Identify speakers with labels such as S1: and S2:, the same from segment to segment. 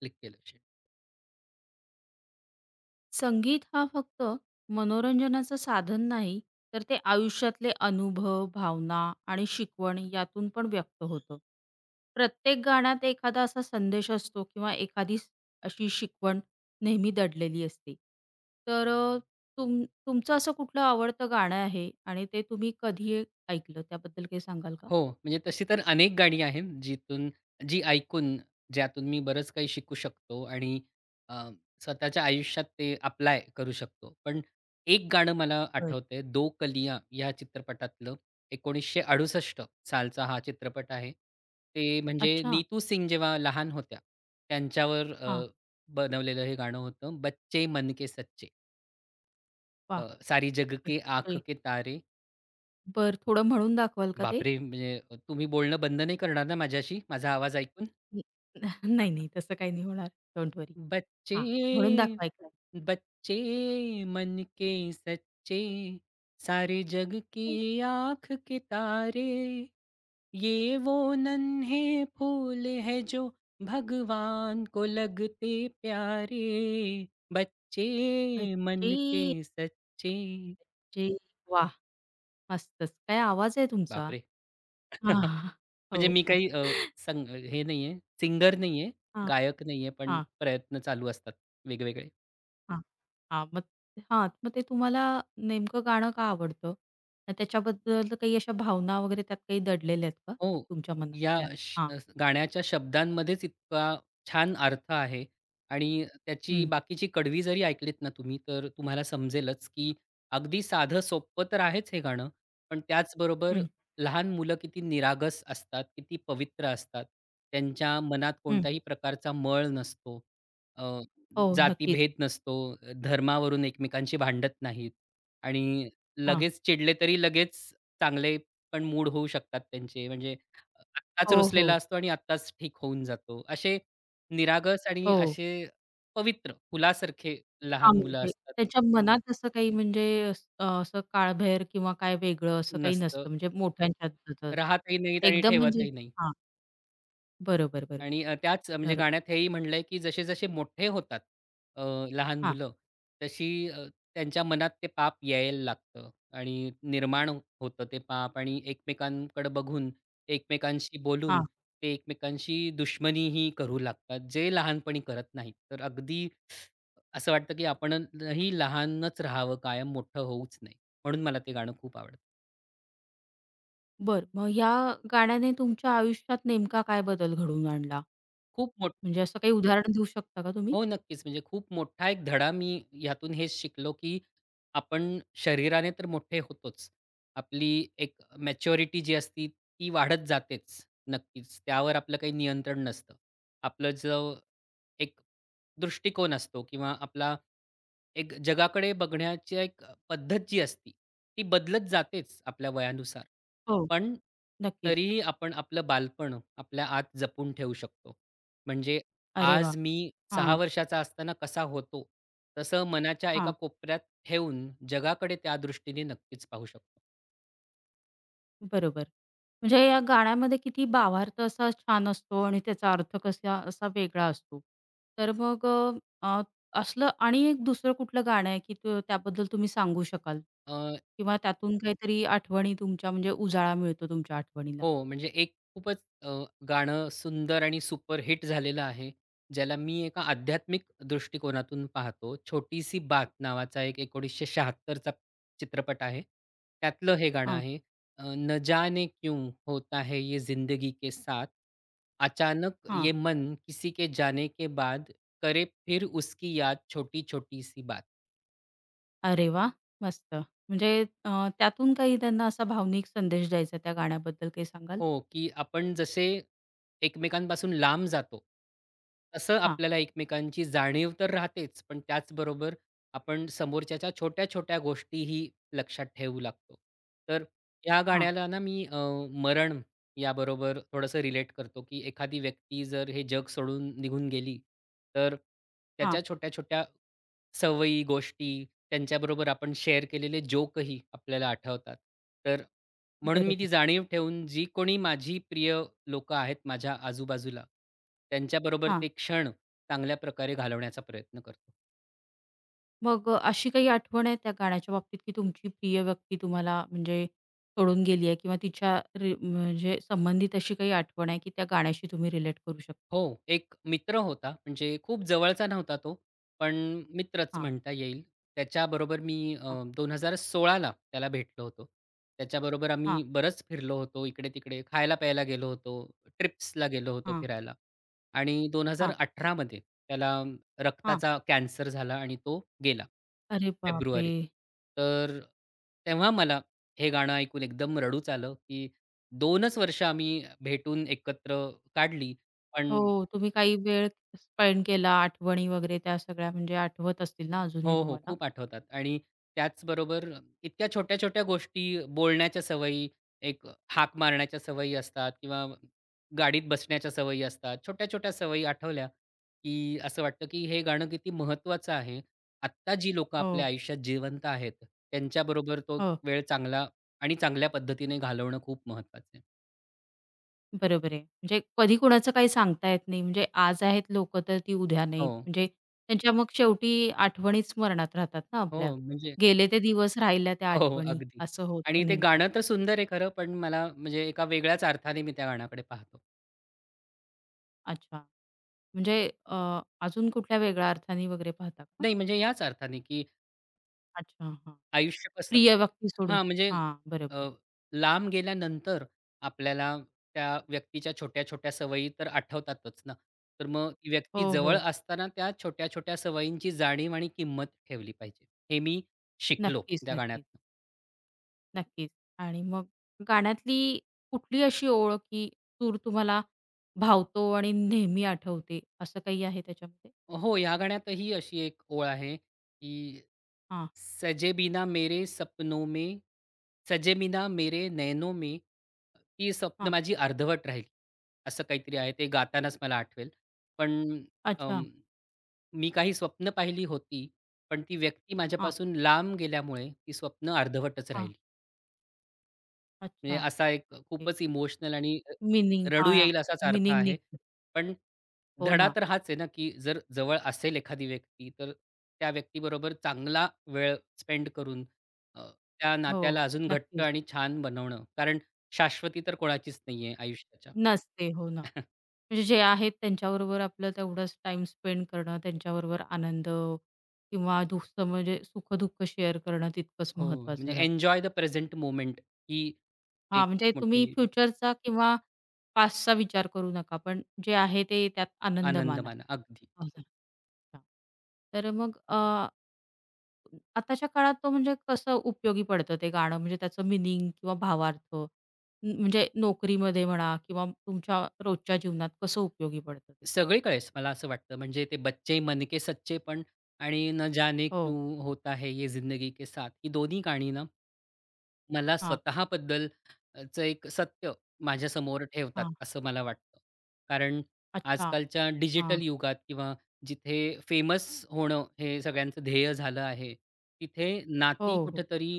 S1: Click केलं शेट.
S2: संगीत हा फक्त मनोरंजनाचं साधन नाही, तर ते आयुष्यातले अनुभव, भावना आणि शिकवण यातून पण व्यक्त होतं. प्रत्येक गाण्यात एखादा असा संदेश असतो किंवा अशी शिकवण नेहमी दडलेली असते. तर अ, तुम तुमचं असं कुठलं आवडतं गाणं आहे आणि ते तुम्ही ऐकलं? त्याबद्दल काही सांगाल का?
S1: हो, म्हणजे तशी तर अनेक गाणी आहेत, जिथून जी ऐकून, ज्यातून मी बरंच काही शिकू शकतो आणि अ, स्वतःच्या आयुष्यात ते अप्लाय करू शकतो. पण एक गाणं मला
S2: बरं.
S1: आठवतंय, दो कलियाँ या चित्रपटातलं 1968 सालचा हा चित्रपट आहे. ते म्हणजे
S2: अच्छा.
S1: नीतू सिंग जेव्हा लहान होत्या, त्यांच्यावर
S2: हां.
S1: बनवलेलं हे गाणं होतं, बच्चे मन के सच्चे. अ,
S2: वाह!
S1: सारी जग के आँख के तारे
S2: बरं, थोडं म्हणून दाखवाल का ते?
S1: बापरे! म्हणजे तुम्ही बोलणं बंद नाही करणार ना माझ्याशी? माझा आवाज ऐकून?
S2: न नाही, नाही. तसं काही नाही होणार. Don't worry.
S1: बच्चे,
S2: हां, म्हणून दाखवा ऐकलंय.
S1: बच्चे मन के सच्चे, सारे जग की आँख के तारे, ये वो नन्हे फूल हैं जो भगवान को लगते प्यारे, बच्चे मन
S2: अच्छे!
S1: के सच्चे.
S2: अच्छे! वाह! मस्तच. काय आवाज आहे तुमचा?
S1: बापरे!
S2: हां, हां.
S1: म्हणजे
S2: हो,
S1: मी
S2: हो.
S1: काही संग हे नाहीये, सिंगर नाहीये,
S2: हां,
S1: गायक नाहीये, पण
S2: हां,
S1: प्रयत्न चालू असतात वेगवेगळे.
S2: हां. हां, मग ते तुम्हाला नेमकं गाणं का आवडतं? आणि त्याच्याबद्दल काही अशा भावना वगैरे त्यात काही दडलेल्या आहेत का
S1: हो.
S2: तुमच्या मनातल्या? हां.
S1: गाण्याच्या शब्दांमध्येच इतका छान अर्थ आहे आणि त्याची
S2: हं,
S1: बाकीची कडवी जरी ऐकलीत ना तुम्ही, तर तुम्हाला समजेलच, की अगदी साधं सोपं तर आहेच हे गाणं, पण त्याचबरोबर
S2: हं,
S1: लहान मुलं किती निरागस असतात, किती पवित्र असतात. त्यांच्या मनात
S2: हं.
S1: कोणत्याही प्रकारचा मळ नसतो. अ,
S2: हो, नक्कीच.
S1: जातीभेद नसतो, धर्मावरून एकमेकांशी भांडत नाहीत आणि
S2: हां.
S1: लगेच चिडले तरी लगेच चांगले पण मूड होऊ शकतात त्यांचे. म्हणजे आत्ताच
S2: हो, हो.
S1: रुसलेला असतो आणि आत्ताच ठीक होऊन जातो. असे निरागस आणि
S2: हो.
S1: असे पवित्र फुलासारखे
S2: हां,
S1: लहान मुलं
S2: म्हणजे
S1: असतात.
S2: त्याच्या मनात असं काही म्हणजे असं काळभैर किंवा काय वेगळं असं काही
S1: नसतं.
S2: नसतं म्हणजे मोठ्यांच्यात तसं असतं.
S1: राहतही नाहीत आणि
S2: एकदम म्हणजे
S1: ठेवतही नाही.
S2: हां, बरोबर, बरोबर.
S1: आणि त्याच म्हणजे
S2: तर
S1: गाण्यात हेही म्हणलंय, की जसे-जसे मोठे होतात अ, लहान
S2: हां,
S1: मुलं, तशी त्यांच्या मनात ते पाप यायला लागतं आणि निर्माण होतं ते पाप आणि एकमेकांकडे बघून, एकमेकांशी बोलून,
S2: हां.
S1: ते एकमेकांशी दुश्मनीही करू लागतात, जे लहानपणी करत नाहीत. तर अगदी असं वाटतं, की आपणही लहानच राहावं कायम, मोठं होऊच नये. म्हणून मला ते गाणं खूप आवडतं.
S2: बरं. मग ह्या गाण्याने तुमच्या आयुष्यात नेमका काय बदल घडवून आणला?
S1: खूप
S2: म्हणजे असं काही उदाहरण देऊ शकता का तुम्ही?
S1: हो, नक्कीच. म्हणजे खूप मोठा एक धडा मी ह्यातून हेच शिकलो, की आपण शरीराने तर मोठे होतोच. आपली एक मॅच्युरिटी जी असती ती वाढत जातेच नक्कीच. त्यावर आपलं काही नियंत्रण नसतं. आपलं जो एक दृष्टिकोन असतो किंवा आपला एक जगाकडे बघण्याची एक पद्धत जी असती, ती बदलत जातेच आपल्या वयानुसार.
S2: हो,
S1: पण
S2: नक्कीच.
S1: तरीही आपण आपलं बालपण आपल्या आत जपून ठेवू शकतो. म्हणजे
S2: अरे वाह!
S1: आज मी 6
S2: हां,
S1: वर्षाचा असताना कसा होतो, तसं मनाच्या एका
S2: हां.
S1: कोपऱ्यात ठेवून जगाकडे त्या दृष्टीने नक्कीच पाहू शकतो.
S2: बरोबर. म्हणजे या गाण्यामध्ये किती भावार्थ असा छान असतो आणि त्याचा अर्थ कसा असा वेगळा असतो. तर मग अ, असलं आणि एक दुसरं कुठलं गाणं आहे, की त्याबद्दल तुम्ही सांगू शकाल? किंवा त्यातून काहीतरी आठवणी तुमच्या म्हणजे उजाळा मिळतो तुमच्या आठवणीला?
S1: हो, म्हणजे एक खूपच अ, गाणं सुंदर आणि सुपरहिट झालेलं आहे. ज्याला मी एका आध्यात्मिक दृष्टिकोनातून पाहतो. छोटीसी बात नावाचा एक 1976 चा चित्रपट आहे. त्यातलं हे गाणं
S2: हां,
S1: आहे. न जाने क्यूँ होता है ये ज़िंदगी के साथ, अचानक
S2: हां.
S1: ये मन किसी के जाने के बाद करे फिर उसकी याद छोटी-छोटी सी बात.
S2: अरे वाह! मस्त. म्हणजे त्यातून काही त्यांना असा भावनिक संदेश द्यायचा त्या गाण्याबद्दल काही सांगाल?
S1: हो, की आपण जसे एकमेकांपासून लांब जातो, तसं
S2: हां,
S1: आपल्याला एकमेकांची जाणीव तर राहतेच, पण त्याचबरोबर आपण समोरच्याच्या छोट्या-छोट्या गोष्टीही लक्षात ठेवू लागतो. तर या
S2: हां,
S1: गाण्याला ना मी मरण याबरोबर थोडंसं रिलेट करतो, की एखादी व्यक्ती जर हे जग सोडून निघून गेली, तर
S2: हां.
S1: त्याच्या छोट्या-छोट्या सवयी, गोष्टी, त्यांच्याबरोबर आपण शेअर केलेले जोकही आपल्याला आठवतात. तर म्हणून मी ती
S2: बरोबर.
S1: जाणीव ठेवून जी कोणी माझी प्रिय लोकं आहेत माझ्या आजूबाजूला, त्यांच्याबरोबर
S2: हां.
S1: ते क्षण चांगल्या प्रकारे घालवण्याचा प्रयत्न करतो.
S2: अशी काही आठवण आहे त्या गाण्याच्या बाबतीत, की तुमची प्रिय व्यक्ती तुम्हाला म्हणजे सोडून गेली आहे किंवा तिच्या रि म्हणजे संबंधित अशी काही आठवण आहे, की त्या गाण्याशी तुम्ही रिलेट करू शकता?
S1: हो, एक मित्र होता म्हणजे खूप जवळचा नव्हता तो, पण मित्रच
S2: हां,
S1: म्हणता येईल. त्याच्याबरोबर मी
S2: हां,
S1: 2016 ला त्याला भेटलो होतो. त्याच्याबरोबर
S2: हां,
S1: आम्ही बरंच फिरलो होतो, इकडे-तिकडे खायला-प्यायला गेलो होतो, ट्रिप्सला गेलो होतो
S2: हां,
S1: फिरायला आणि
S2: हां,
S1: 2018 मध्ये त्याला
S2: हां.
S1: रक्ताचा कॅन्सर झाला आणि तो गेला,
S2: अरे बापरे!
S1: फेब्रुवारीत. तर तेव्हा मला हे गाणं ऐकून एकदम रडूच आलं, की 2च वर्ष आम्ही भेटून एकत्र काढली, पण
S2: हो, तुम्ही काही वेळ स्पेंड केला, आठवणी वगैरे त्या सगळ्या म्हणजे आठवत असतील ना अजूनही
S1: हो, हो.
S2: तुम्हाला?
S1: खूप आठवतात आणि त्याचबरोबर इतक्या छोट्या-छोट्या गोष्टी, बोलण्याच्या सवयी, एक हाक मारण्याच्या सवयी असतात किंवा गाडीत बसण्याच्या सवयी असतात. छोट्या-छोट्या सवयी आठवल्या, की असं वाटतं, की हे गाणं किती महत्त्वाचं आहे. आत्ता जी लोकं आपल्या
S2: हो,
S1: आयुष्यात जिवंत आहेत, त्यांच्याबरोबर तो
S2: हो.
S1: वेळ चांगला आणि चांगल्या पद्धतीने घालवणं खूप महत्त्वाचं आहे.
S2: बरोबर आहे. म्हणजे कधी कुणाचं काही सांगता येत नाही. म्हणजे आज आहेत लोकं तर ती उद्या
S1: हो,
S2: नाहीत. म्हणजे त्यांच्या मग शेवटी आठवणीच स्मरणात राहतात ना आपल्या.
S1: हो. म्हणजे
S2: गेले ते दिवस, राहिल्या त्या
S1: हो, हो,
S2: आठवणी
S1: अगदी.
S2: असं
S1: आणि
S2: होतं
S1: ते
S2: नेमकं.
S1: गाणं तर सुंदर आहे खरं, पण मला म्हणजे एका वेगळ्याच अर्थाने मी त्या गाण्याकडे पाहतो.
S2: अच्छा. म्हणजे अ, अजून कुठल्या वेगळ्या अर्थाने वगैरे पाहता का?
S1: नाही, म्हणजे याच अर्थाने, की
S2: अच्छा, हां.
S1: आयुष्य कसं
S2: प्रिय व्यक्ती सोडून.
S1: हां, म्हणजे
S2: हां,
S1: अ,
S2: बरोबर.
S1: लांब गेल्यानंतर आपल्याला त्या व्यक्तीच्या छोट्या-छोट्या सवयी तर आठवतातच ना. तर मग ती व्यक्ती
S2: हो,
S1: जवळ
S2: हो.
S1: असताना त्या छोट्या-छोट्या सवयींची जाणीव आणि किंमत ठेवली पाहिजे. हे मी शिकलो
S2: नक्कीच,
S1: त्या गाण्यात
S2: नक्कीच, नक्कीच. आणि मग गाण्यातली कुठली अशी ओळ की सूर तुम्हाला भावतो आणि नेहमी आठवते असं काही आहे त्याच्यामध्ये?
S1: हो, या गाण्यातही अशी एक ओळ आहे, की सजे बिना मेरे सपनों में सजे बिना मेरे नैनों में, ती स्वप्न
S2: हां,
S1: माझी अर्धवट राहिली. असं काहीतरी आहे ते गातानाच मला आठवेल. पण
S2: अच्छा.
S1: अं, मी काही स्वप्न पाहिली होती, पण ती व्यक्ती
S2: हां,
S1: माझ्यापासून लांब गेल्यामुळे ती स्वप्न अर्धवटच
S2: हां.
S1: राहिली. म्हणजे
S2: अच्छा.
S1: असा एक
S2: ओके.
S1: खूपच इमोशनल आणि
S2: मीनिंग
S1: रडू
S2: हां,
S1: येईल असाच अर्थ
S2: मीनिंग
S1: आहे.
S2: निघते.
S1: पण
S2: हो
S1: धडा
S2: ना.
S1: तर हाच आहे ना, की जर जवळ असेल एखादी व्यक्ती, तर त्या व्यक्तीबरोबर चांगला वेळ स्पेंड करून अ, त्या
S2: हो,
S1: नात्याला अजून घट्ट
S2: नक्कीच.
S1: आणि छान बनवणं. कारण शाश्वती तर कोणाचीच नाही आहे आयुष्याच्या.
S2: नसते. हो ना. म्हणजे जे आहेत त्यांच्याबरोबर आपलं तेवढाच टाईम स्पेंड करणं, त्यांच्याबरोबर आनंद किंवा दुःख म्हणजे सुख-दुःख शेअर करणं तितकंच
S1: हो,
S2: महत्त्वाचं
S1: म्हणजे
S2: राहतं.
S1: एन्जॉय द प्रेझेंट मोमेंट ही एक
S2: हां,
S1: खूप
S2: म्हणजे तुम्ही
S1: मोठी
S2: फ्युचरचा किंवा पास्टचा विचार करू नका, पण जे आहे ते त्यात आनंद
S1: आनंद
S2: माना.
S1: माना. अगदी.
S2: असं. हां. तर मग अ आताच्या काळात तो म्हणजे कसं उपयोगी पडतं ते गाणं म्हणजे त्याचं मिनिंग किंवा म्हणजे नोकरीमध्ये म्हणा किंवा तुमच्या रोजच्या जीवनात कसं उपयोगी पडतं ते?
S1: सगळीकडेच मला असं वाटतं. म्हणजे ते "बच्चे मन के सच्चे" पण आणि "न जाने
S2: हो.
S1: क्यूँ होता है ये ज़िंदगी के साथ" ही दोन्ही गाणी ना मला
S2: हां,
S1: स्वतःबद्दल चं एक सत्य माझ्यासमोर ठेवतात,
S2: हां.
S1: असं मला वाटतं. कारण
S2: अच्छा.
S1: आजकालच्या
S2: हां.
S1: डिजिटल युगात किंवा जिथे फेमस होणं हे सगळ्यांचं ध्येय झालं आहे, तिथे नाती
S2: हो, हो.
S1: कुठेतरी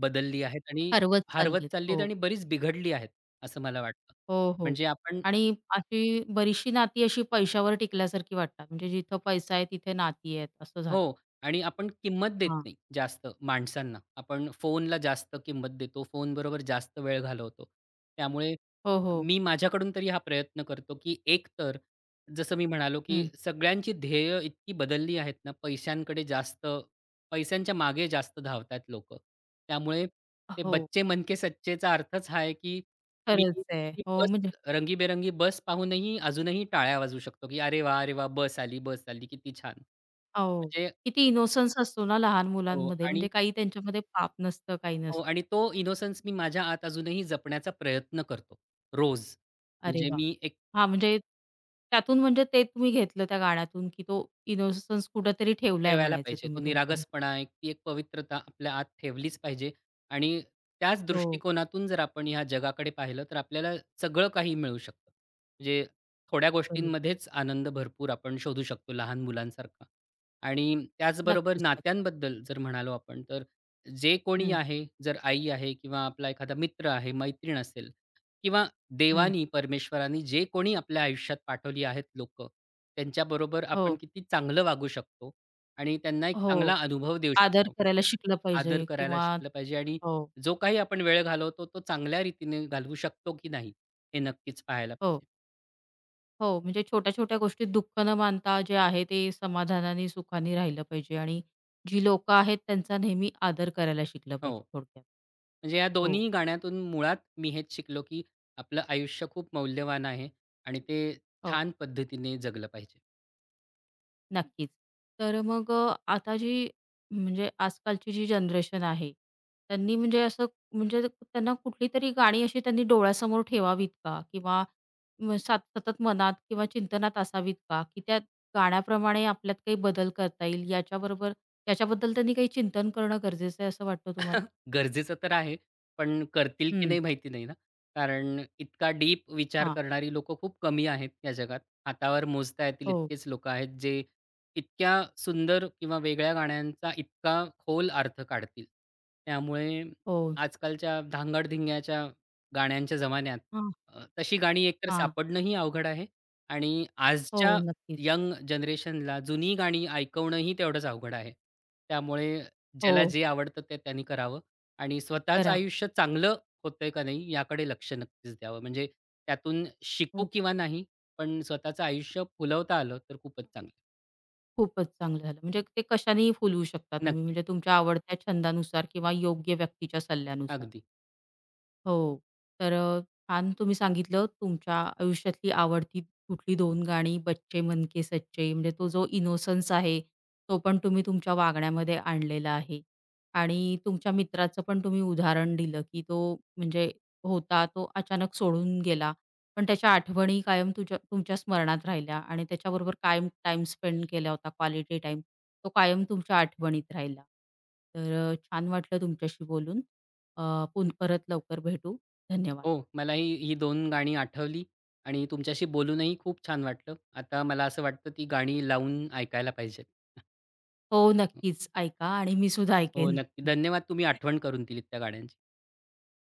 S1: बदलली आहेत आणि
S2: हरवत
S1: हरवत
S2: चाललीत.
S1: चालली आहेत
S2: हो.
S1: आणि बरीच बिघडली आहेत, असं मला वाटतं.
S2: हो, हो.
S1: म्हणजे आपण
S2: आणि अशी बरीचशी नाती अशी पैशावर टिकल्यासारखी वाटतात. म्हणजे जिथं पैसा आहे तिथे नाती आहेत असं झालं.
S1: हो. आणि आपण किंमत देत
S2: हां.
S1: नाही जास्त माणसांना. आपण फोनला जास्त किंमत देतो. फोनबरोबर जास्त वेळ घालवतो. त्यामुळे
S2: हो, हो.
S1: मी माझ्याकडून तरी हा प्रयत्न करतो, की एकतर जसं मी म्हणालो, की
S2: हं.
S1: सगळ्यांची ध्येय इतकी बदलली आहेत ना, पैशांकडे जास्त पैशांच्या मागे जास्त धावतायत लोकं. त्यामुळे ते
S2: हो.
S1: बच्चे मन सच्चेचा अर्थच हा आहे, की मी
S2: खरंच आहे.
S1: ती
S2: हो
S1: बस
S2: म्हणजे
S1: रंगीबेरंगी बस पाहूनही अजूनही टाळ्या वाजवू शकतो, की "अरे वाह! अरे वाह! बस आली, बस आली. किती छान."
S2: अहो,
S1: म्हणजे
S2: किती इनोसन्स असतो ना लहान
S1: हो
S2: मुलांमध्ये,
S1: आणि
S2: म्हणजे काही त्यांच्यामध्ये पाप नसतं, काही नसतं.
S1: तो इनोसन्स मी माझ्या आत अजूनही जपण्याचा प्रयत्न करतो, रोज.
S2: अरे
S1: म्हणजे
S2: वाह!
S1: मी एक
S2: हां, म्हणजे त्यातून म्हणजे ते तुम्ही घेतलं त्या गाण्यातून, की तो इनोसन्स कुठेतरी ठेवलाय
S1: ठेवायला
S2: म्हणायचं
S1: पाहिजे. तो
S2: तुम्ही तुमचा.
S1: निरागसपणा, एक पवित्रता आपल्या आत ठेवलीच पाहिजे आणि त्याच
S2: हो,
S1: दृष्टिकोनातून जर आपण ह्या जगाकडे पाहिलं, तर आपल्याला सगळं काही मिळू शकतं. म्हणजे थोड्या
S2: बरोबर.
S1: गोष्टींमध्येच आनंद भरपूर आपण शोधू शकतो लहान मुलांसारखा. आणि त्याचबरोबर
S2: नक्कीच, नक्की.
S1: नात्यांबद्दल जर म्हणालो आपण, तर जे कोणी
S2: हं,
S1: आहे, जर आई आहे किंवा आपला एखादा मित्र आहे, मैत्रीण असेल किंवा
S2: हं.
S1: देवानी, परमेश्वरानी जे कोणी आपल्या आयुष्यात पाठवली आहेत लोकं, त्यांच्याबरोबर आपण
S2: हो,
S1: किती चांगलं वागू शकतो आणि त्यांना एक चांगला
S2: हो.
S1: अनुभव देऊ
S2: आदर
S1: शकतो.
S2: करायला शिकलं पाहिजे
S1: आदर करायला
S2: किंवा
S1: शिकलं पाहिजे आणि
S2: हो,
S1: जो काही आपण वेळ घालवतो, तो चांगल्या रीतीने घालवू शकतो की नाही, हे नक्कीच पाहायला
S2: हो.
S1: पाहिजे.
S2: हो, म्हणजे छोट्या-छोट्या गोष्टीत दुःख न मानता जे आहे ते समाधानाने, सुखाने राहिलं पाहिजे आणि जी लोकं आहेत त्यांचा नेहमी आदर करायला शिकलं पाहिजे
S1: हो.
S2: थोडक्यात.
S1: म्हणजे या
S2: हो,
S1: दोन्ही गाण्यातून मुळात मी हेच शिकलो, की आपलं आयुष्य खूप मौल्यवान आहे आणि ते
S2: हो.
S1: छान पद्धतीने जगलं पाहिजे.
S2: नक्कीच. आता जी म्हणजे आजकालची जी जनरेशन आहे, त्यांनी म्हणजे असं म्हणजे त्यांना कुठली तरी गाणी अशी त्यांनी डोळ्यासमोर ठेवावीत का? किंवा म सात सतत मनात किंवा चिंतनात असावीत का? की त्या गाण्याप्रमाणे आपल्यात काही बदल करता येईल याच्याबद्दल त्यांनी काही चिंतन करणं गरजेचं आहे असं वाटतं तुम्हाला?
S1: गरजेचं तर आहे, पण करतील की
S2: हं.
S1: नाही माहिती नाही ना. कारण इतका डीप विचार
S2: हां.
S1: करणारी लोकं खूप कमी आहेत या जगात. हातावर मोजता येतील
S2: हो,
S1: इतकेच लोकं आहेत, जे इतक्या सुंदर किंवा वेगळ्या गाण्यांचा इतका खोल अर्थ काढतील. त्यामुळे
S2: हो.
S1: आजकालच्या धांगड-धिंग्याच्या गाण्यांच्या जमान्यात
S2: हां,
S1: तशी गाणी एकतर
S2: हां.
S1: सापडणंही अवघड आहे आणि
S2: हो,
S1: आजच्या
S2: नक्कीच.
S1: यंग जनरेशनला जुनी गाणी ऐकवणंही तेवढंच अवघड आहे. त्यामुळे ज्याला
S2: हो,
S1: जे
S2: हो.
S1: आवडतं ते त्यांनी करावं आणि स्वतःचं
S2: करावं.
S1: आयुष्य चांगलं होतंय का नाही याकडे लक्ष नक्कीच द्यावं. म्हणजे त्यातून शिकू
S2: हो.
S1: किंवा नाही, पण स्वतःचं आयुष्य फुलवता आलं तर खूपच चांगलं.
S2: खूपच चांगलं झालं. म्हणजे ते कशानेही फुलवू शकता तुम्ही
S1: नक्की.
S2: म्हणजे तुमच्या आवडत्या छंदानुसार किंवा योग्य व्यक्तीच्या सल्ल्यानुसार.
S1: अगदी.
S2: हो. तर अ, छान तुम्ही सांगितलं तुमच्या आयुष्यातली आवडती कुठली दोन गाणी, "बच्चे मन के सच्चे" म्हणजे तो जो इनोसन्स आहे, तो पण तुम्ही तुमच्या वागण्यामध्ये आणलेला आहे. आणि तुमच्या मित्राचं पण तुम्ही उदाहरण दिलं, की तो म्हणजे होता, तो अचानक सोडून गेला. पण त्याच्या आठवणी कायम तुमच्या स्मरणात राहिल्या आणि त्याच्याबरोबर कायम टाईम स्पेंड केला होता, क्वालिटी टाईम. तो कायम तुमच्या आठवणीत राहिला. छान वाटलं तुमच्याशी बोलून. अ, पुन परत लवकर भेटू. धन्यवाद.
S1: हो, मलाही ही दोन गाणी आठवली आणि तुमच्याशी बोलूनही खूप छान वाटलं. आता मला असं वाटतं ती गाणी लावून ऐकायला पाहिजेत.
S2: हो, नक्कीच ऐका आणि मी सुद्धा
S1: हो,
S2: ऐकेन.
S1: नक्की. धन्यवाद तुम्ही आठवण करून दिलीत त्या गाण्यांची.